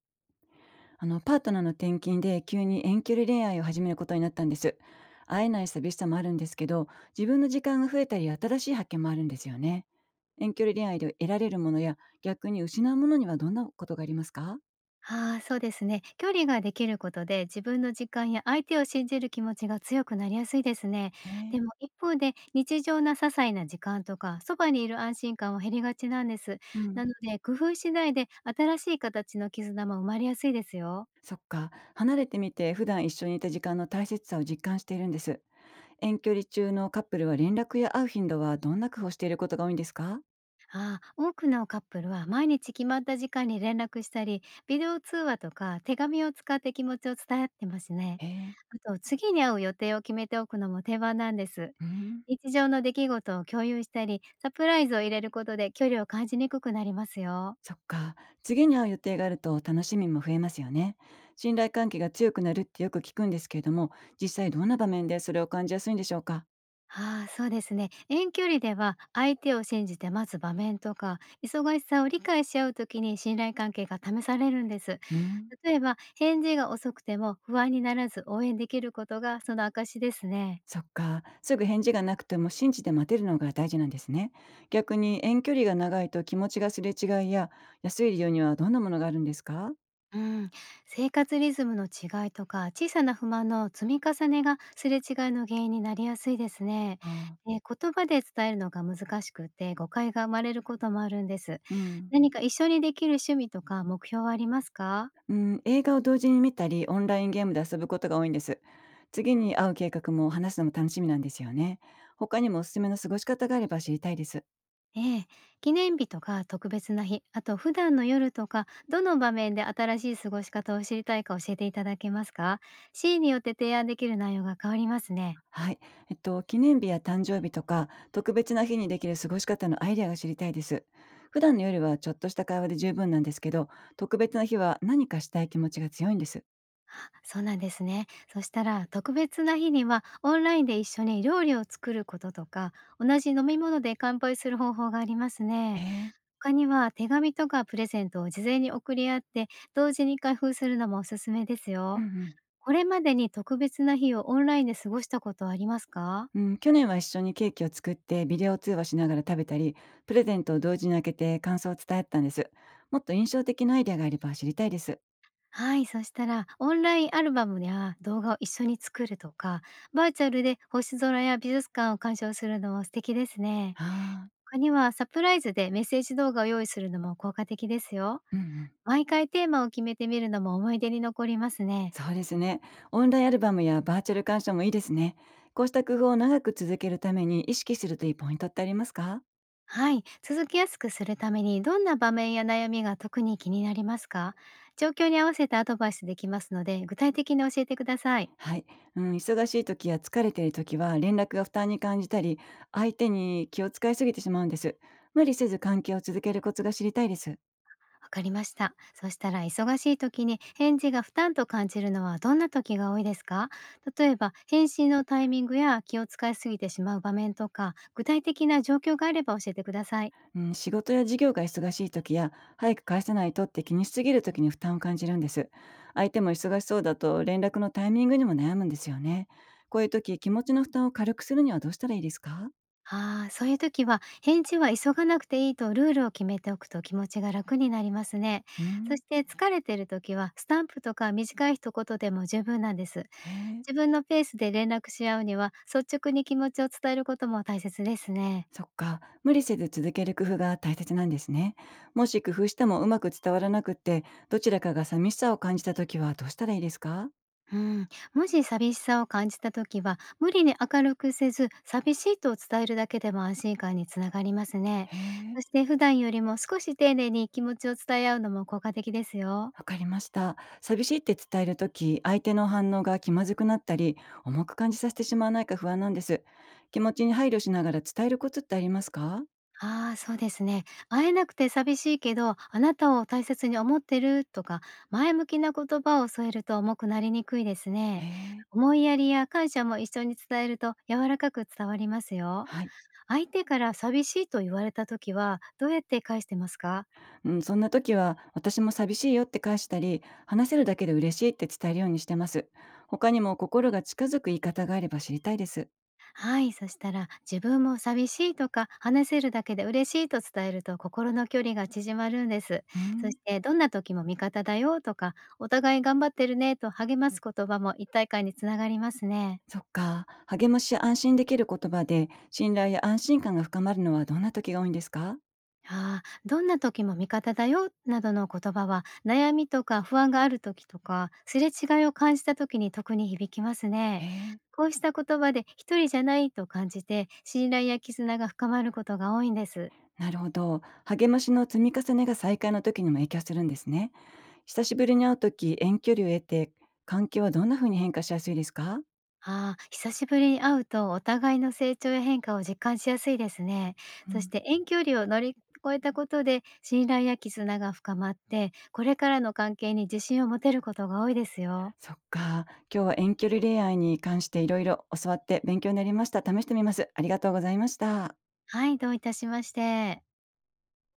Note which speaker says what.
Speaker 1: パートナーの転勤で急に遠距離恋愛を始めることになったんです。会えない寂しさもあるんですけど、自分の時間が増えたり、新しい発見もあるんですよね。遠距離恋愛で得られるものや、逆に失うものにはどんなことがありますか？
Speaker 2: ああ、そうですね。距離ができることで、自分の時間や相手を信じる気持ちが強くなりやすいですね。で
Speaker 1: ね。
Speaker 2: も一方で、日常な些細な時間とか、そばにいる安心感は減りがちなんです。
Speaker 1: う
Speaker 2: な
Speaker 1: ん。
Speaker 2: ので、工夫次第で新しい形の絆も生まれやすいですよ。
Speaker 1: そっか、離れてみて普段一緒にいた時間の大切さを実感しているんです。遠距離中のカップルは連絡や会う頻度はどんな工夫をしていることが多いんですか？
Speaker 2: ああ、多くのカップルは毎日決まった時間に連絡したり、ビデオ通話とか手紙を使って気持ちを伝え合ってますね。
Speaker 1: へえー。
Speaker 2: あと、次に会う予定を決めておくのも定番なんです。
Speaker 1: うん。
Speaker 2: 日常の出来事を共有したり、サプライズを入れることで距離を感じにくくなりますよ。
Speaker 1: そっか。次に会う予定があると楽しみも増えますよね。信頼関係が強くなるってよく聞くんですけれども、実際どんな場面でそれを感じやすいんでしょうか？
Speaker 2: ああ、そうですね。遠距離では相手を信じて待つ場面とか、忙しさを理解し合うときに信頼関係が試されるんです。
Speaker 1: うん。
Speaker 2: 例えば、返事が遅くても不安にならず応援できることがその証ですね。
Speaker 1: そっか。すぐ返事がなくても信じて待てるのが大事なんですね。逆に遠距離が長いと気持ちがすれ違いや安い理由にはどんなものがあるんですか？
Speaker 2: うん、生活リズムの違いとか小さな不満の積み重ねがすれ違いの原因になりやすいですね。
Speaker 1: ああ。
Speaker 2: で、言葉で伝えるのが難しくて誤解が生まれることもあるんです。
Speaker 1: うん。
Speaker 2: 何か一緒にできる趣味とか目標はありますか？
Speaker 1: うん、映画を同時に見たり、オンラインゲームで遊ぶことが多いんです。次に会う計画も話すのも楽しみなんですよね。他にもおすすめの過ごし方があれば知りたいです。
Speaker 2: ええ、記念日とか特別な日、あと普段の夜とか、どの場面で新しい過ごし方を知りたいか教えていただけますか？シーンによって提案できる内容が変わりますね。
Speaker 1: はい。記念日や誕生日とか、特別な日にできる過ごし方のアイデアが知りたいです。普段の夜はちょっとした会話で十分なんですけど、特別な日は何かしたい気持ちが強いんです。
Speaker 2: そうなんですね。そしたら特別な日にはオンラインで一緒に料理を作ることとか、同じ飲み物で乾杯する方法があります
Speaker 1: へ
Speaker 2: ね。
Speaker 1: え。
Speaker 2: 他には手紙とかプレゼントを事前に送り合って、同時に開封するのもおすすめです
Speaker 1: う
Speaker 2: よ。
Speaker 1: んうん。
Speaker 2: これまでに特別な日をオンラインで過ごしたことはありますか？
Speaker 1: うん、去年は一緒にケーキを作ってビデオ通話しながら食べたり、プレゼントを同時に開けて感想を伝え合ったんです。もっと印象的なアイデアがあれば知りたいです。
Speaker 2: はい、そしたらオンラインアルバムや動画を一緒に作るとか、バーチャルで星空や美術館を鑑賞するのも素敵ですね。
Speaker 1: ああ。
Speaker 2: 他にはサプライズでメッセージ動画を用意するのも効果的ですよ。
Speaker 1: うんうん。
Speaker 2: 毎回テーマを決めてみるのも思い出に残りますね。
Speaker 1: そうですね。オンラインアルバムやバーチャル鑑賞もいいですね。こうした工夫を長く続けるために意識するといいポイントってありますか？
Speaker 2: はい。続きやすくするためにどんな場面や悩みが特に気になりますか？状況に合わせたアドバイスできますので、具体的に教えてください。
Speaker 1: はい、うん。忙しい時や疲れている時は連絡が負担に感じたり、相手に気を使いすぎてしまうんです。無理せず関係を続けるコツが知りたいです。
Speaker 2: わかりました。そしたら忙しい時に返事が負担と感じるのはどんな時が多いですか？例えば返信のタイミングや気を使いすぎてしまう場面とか、具体的な状況があれば教えてください。
Speaker 1: うん、仕事や事業が忙しい時や、早く返さないとって気にしすぎる時に負担を感じるんです。相手も忙しそうだと連絡のタイミングにも悩むんですよね。こういう時、気持ちの負担を軽くするにはどうしたらいいですか？
Speaker 2: ああ、そういう時は返事は急がなくていいとルールを決めておくと気持ちが楽になりますね。
Speaker 1: う
Speaker 2: そ
Speaker 1: ん。
Speaker 2: して疲れてる時はスタンプとか短い一言でも十分なんです。
Speaker 1: へえ、
Speaker 2: 自分のペースで連絡し合うには、率直に気持ちを伝えることも大切ですね。
Speaker 1: そっか。無理せず続ける工夫が大切なんですね。もし工夫してもうまく伝わらなくって、どちらかが寂しさを感じたときはどうしたらいいですか？
Speaker 2: うん、もし寂しさを感じた時は無理に明るくせず、寂しいと伝えるだけでも安心感につながりますね。
Speaker 1: へ
Speaker 2: そ
Speaker 1: え、
Speaker 2: して普段よりも少し丁寧に気持ちを伝え合うのも効果的ですよ。
Speaker 1: わかりました。寂しいって伝えるとき、相手の反応が気まずくなったり、重く感じさせてしまわないか不安なんです。気持ちに配慮しながら伝えるコツってありますか？
Speaker 2: ああ、そうですね。会えなくて寂しいけど、あなたを大切に思ってるとか、前向きな言葉を添えると重くなりにくいです
Speaker 1: へ
Speaker 2: ね。
Speaker 1: え。
Speaker 2: 思いやりや感謝も一緒に伝えると柔らかく伝わりますよ。
Speaker 1: はい。
Speaker 2: 相手から寂しいと言われた時は、どうやって返してますか？
Speaker 1: うん、そんな時は「私も寂しいよ」って返したり「話せるだけで嬉しい」って伝えるようにしてます。他にも心が近づく言い方があれば知りたいです。
Speaker 2: はい、そしたら自分も寂しいとか話せるだけで嬉しいと伝えると心の距離が縮まるんです。
Speaker 1: う
Speaker 2: そし
Speaker 1: ん、
Speaker 2: てどんな時も味方だよとか、お互い頑張ってるねと励ます言葉も一体感につながりますね。
Speaker 1: そっか。励ましや安心できる言葉で信頼や安心感が深まるのはどんな時が多いんですか？
Speaker 2: ああ、どんな時も味方だよなどの言葉は、悩みとか不安がある時とか、すれ違いを感じた時に特に響きます
Speaker 1: へ
Speaker 2: ね。
Speaker 1: え、
Speaker 2: こうした言葉で一人じゃないと感じて、信頼や絆が深まることが多いんです。
Speaker 1: なるほど。励ましの積み重ねが再会の時にも影響するんですね。久しぶりに会う時遠距離を得て関係はどんな風に変化しやすいですか？
Speaker 2: ああ、久しぶりに会うとお互いの成長や変化を実感しやすいですね。
Speaker 1: う
Speaker 2: そし
Speaker 1: ん。
Speaker 2: て遠距離を乗り越えたことで信頼や絆が深まって、これからの関係に自信を持てることが多いですよ。
Speaker 1: そっか。今日は遠距離恋愛に関していろいろ教わって勉強になりました。試してみます。ありがとうございました。
Speaker 2: はい、どういたしまして。